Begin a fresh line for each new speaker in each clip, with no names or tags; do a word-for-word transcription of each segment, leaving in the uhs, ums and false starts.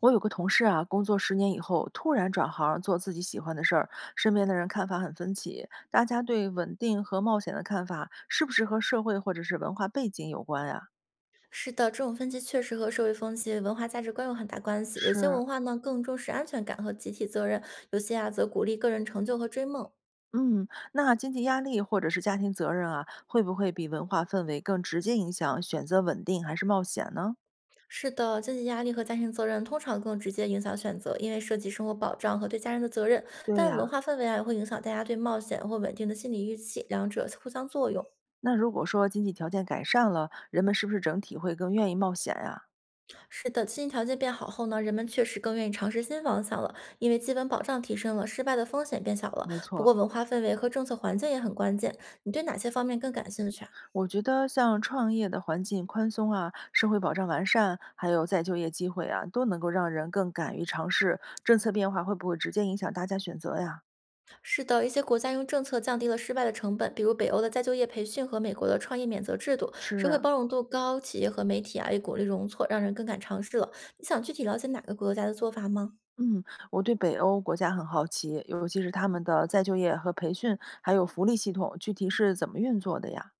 我有个同事啊，工作十年以后突然转行做自己喜欢的事儿，身边的人看法很分歧。大家对稳定和冒险的看法，是不是和社会或者是文化背景有关呀、
是的，这种分歧确实和社会风气、文化价值观有很大关系。有些
是，
文化呢更重视安全感和集体责任，有些啊则鼓励个人成就和追梦。
嗯，那经济压力或者是家庭责任啊，会不会比文化氛围更直接影响选择稳定还是冒险呢？
是的，经济压力和家庭责任通常更直接影响选择，因为涉及生活保障和对家人的责任。
对
但
呀、
文化氛围啊也会影响大家对冒险或稳定的心理预期，两者互相作用。
那如果说经济条件改善了，人们是不是整体会更愿意冒险呀、
是的，经济条件变好后呢，人们确实更愿意尝试新方向了，因为基本保障提升了，失败的风险变小了。
没
不
错，
过文化氛围和政策环境也很关键，你对哪些方面更感兴趣啊？
我觉得像创业的环境宽松啊，社会保障完善，还有再就业机会啊，都能够让人更敢于尝试。政策变化会不会直接影响大家选择呀？
是的，一些国家用政策降低了失败的成本，比如北欧的再就业培训和美国的创业免责制度，社会
是，
包容度高，企业和媒体啊也鼓励容错，让人更敢尝试了。你想具体了解哪个国家的做法吗？
嗯，我对北欧国家很好奇，尤其是他们的再就业和培训，还有福利系统，具体是怎么运作的呀？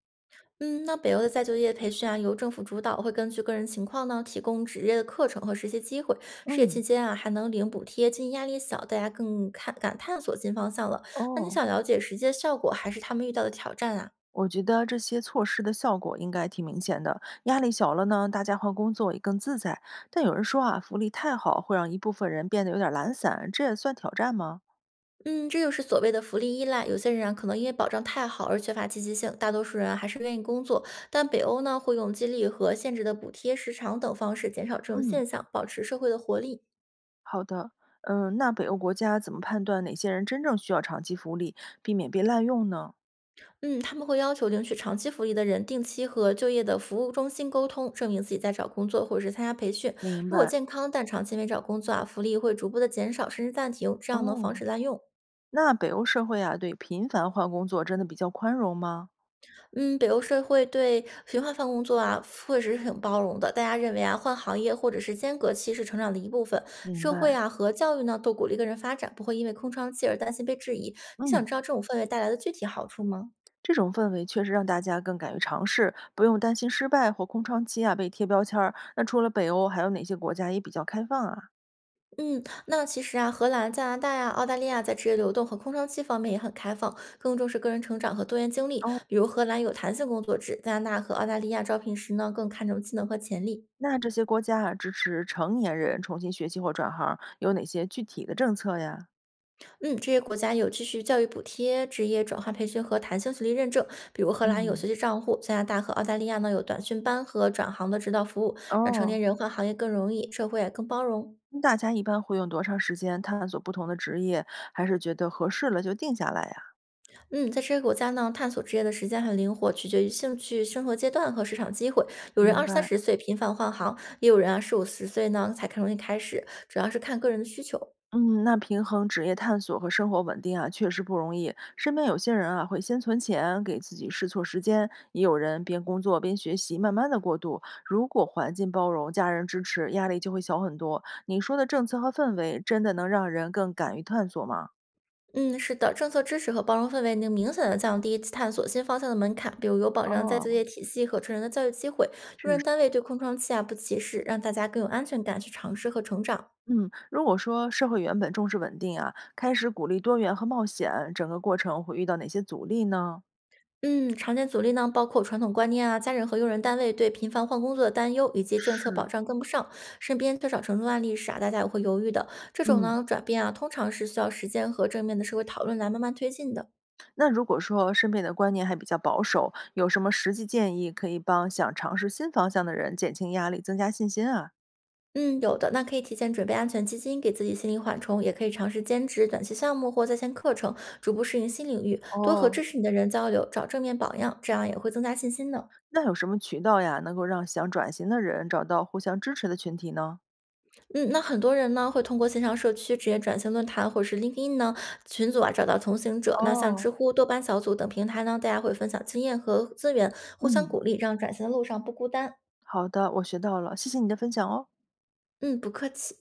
嗯，那北欧的再就业培训啊，由政府主导，会根据个人情况呢，提供职业的课程和实习机会。事业
嗯，
期间啊，还能领补贴，经济压力小，大家更看敢探索新方向了。那你
哦，
想了解实际的效果，还是他们遇到的挑战啊？
我觉得这些措施的效果应该挺明显的，压力小了呢，大家换工作也更自在。但有人说啊，福利太好会让一部分人变得有点懒散，这也算挑战吗？
嗯，这就是所谓的福利依赖。有些人啊，可能因为保障太好而缺乏积极性，大多数人啊还是愿意工作。但北欧呢，会用激励和限制的补贴、时长等方式减少这种
嗯，
现象，保持社会的活力。
好的。嗯，那北欧国家怎么判断哪些人真正需要长期福利，避免被滥用呢？
嗯，他们会要求领取长期福利的人定期和就业的服务中心沟通，证明自己在找工作或者是参加培训。
明
如果
白
健康但长期没找工作啊，福利会逐步的减少甚至暂停，这样能防
哦，
止滥用。
那北欧社会啊，对频繁换工作真的比较宽容吗？
嗯，北欧社会对循环换工作啊，确实是挺包容的。大家认为啊，换行业或者是间隔期是成长的一部分。
明
社会
白。
啊和教育呢，都鼓励个人发展，不会因为空窗期而担心被质疑。你想
嗯，
知道这种氛围带来的具体好处吗？
这种氛围确实让大家更敢于尝试，不用担心失败或空窗期啊被贴标签儿。那除了北欧，还有哪些国家也比较开放啊？
嗯，那其实啊，荷兰、加拿大呀、澳大利亚在职业流动和空窗期方面也很开放，更重视个人成长和多元经历。
哦，
比如荷兰有弹性工作制，加拿大和澳大利亚招聘时呢更看重技能和潜力。
那这些国家啊支持成年人重新学习或转行，有哪些具体的政策呀？
嗯，这些国家有继续教育补贴、职业转换培训和弹性学历认证，比如荷兰有
嗯，
学习账户，加拿大和澳大利亚呢有短训班和转行的指导服务，让成
哦，
年人换行业更容易，社会也更包容。
大家一般会用多长时间探索不同的职业，还是觉得合适了就定下来呀？
嗯，在这些国家呢，探索职业的时间很灵活，取决于兴趣、生活阶段和市场机会。有人
明
二三
白。
十岁频繁换行，也有人啊四五十岁呢才更容易开始，主要是看个人的需求。
嗯，那平衡职业探索和生活稳定啊，确实不容易。身边有些人啊，会先存钱给自己试错时间，也有人边工作边学习，慢慢的过渡。如果环境包容、家人支持，压力就会小很多。你说的政策和氛围，真的能让人更敢于探索吗？
嗯，是的，政策支持和包容氛围能明显的降低探索新方向的门槛，比如有保障再就
哦，
业体系和成人的教育机会，
确
用
实
人单位对空窗期啊不歧视，让大家更有安全感去尝试和成长。
嗯，如果说社会原本重视稳定啊，开始鼓励多元和冒险，整个过程会遇到哪些阻力呢？
嗯，常见阻力呢，包括传统观念啊、家人和用人单位对频繁换工作的担忧，以及政策保
是，
障跟不上，身边缺少成功案例时啊，大家也会犹豫的。这种
嗯，
呢转变啊，通常是需要时间和正面的社会讨论来慢慢推进的。
那如果说身边的观念还比较保守，有什么实际建议可以帮想尝试新方向的人减轻压力、增加信心啊？
嗯，有的，那可以提前准备安全基金，给自己心理缓冲，也可以尝试兼职、短期项目或在线课程，逐步适应新领域，多和
哦
支持你的人交流，找正面榜样，这样也会增加信心的。
那有什么渠道呀，能够让想转型的人找到互相支持的群体呢？
嗯，那很多人呢会通过线上社区、职业转型论坛或者是 L I N K E D I N 呢群组啊找到同行者，那像知
哦。
乎、豆瓣小组等平台呢，大家会分享经验和资源，互相
嗯，
鼓励，让转型的路上不孤单。
好的，我学到了，谢谢你的分享哦。
嗯，不客气。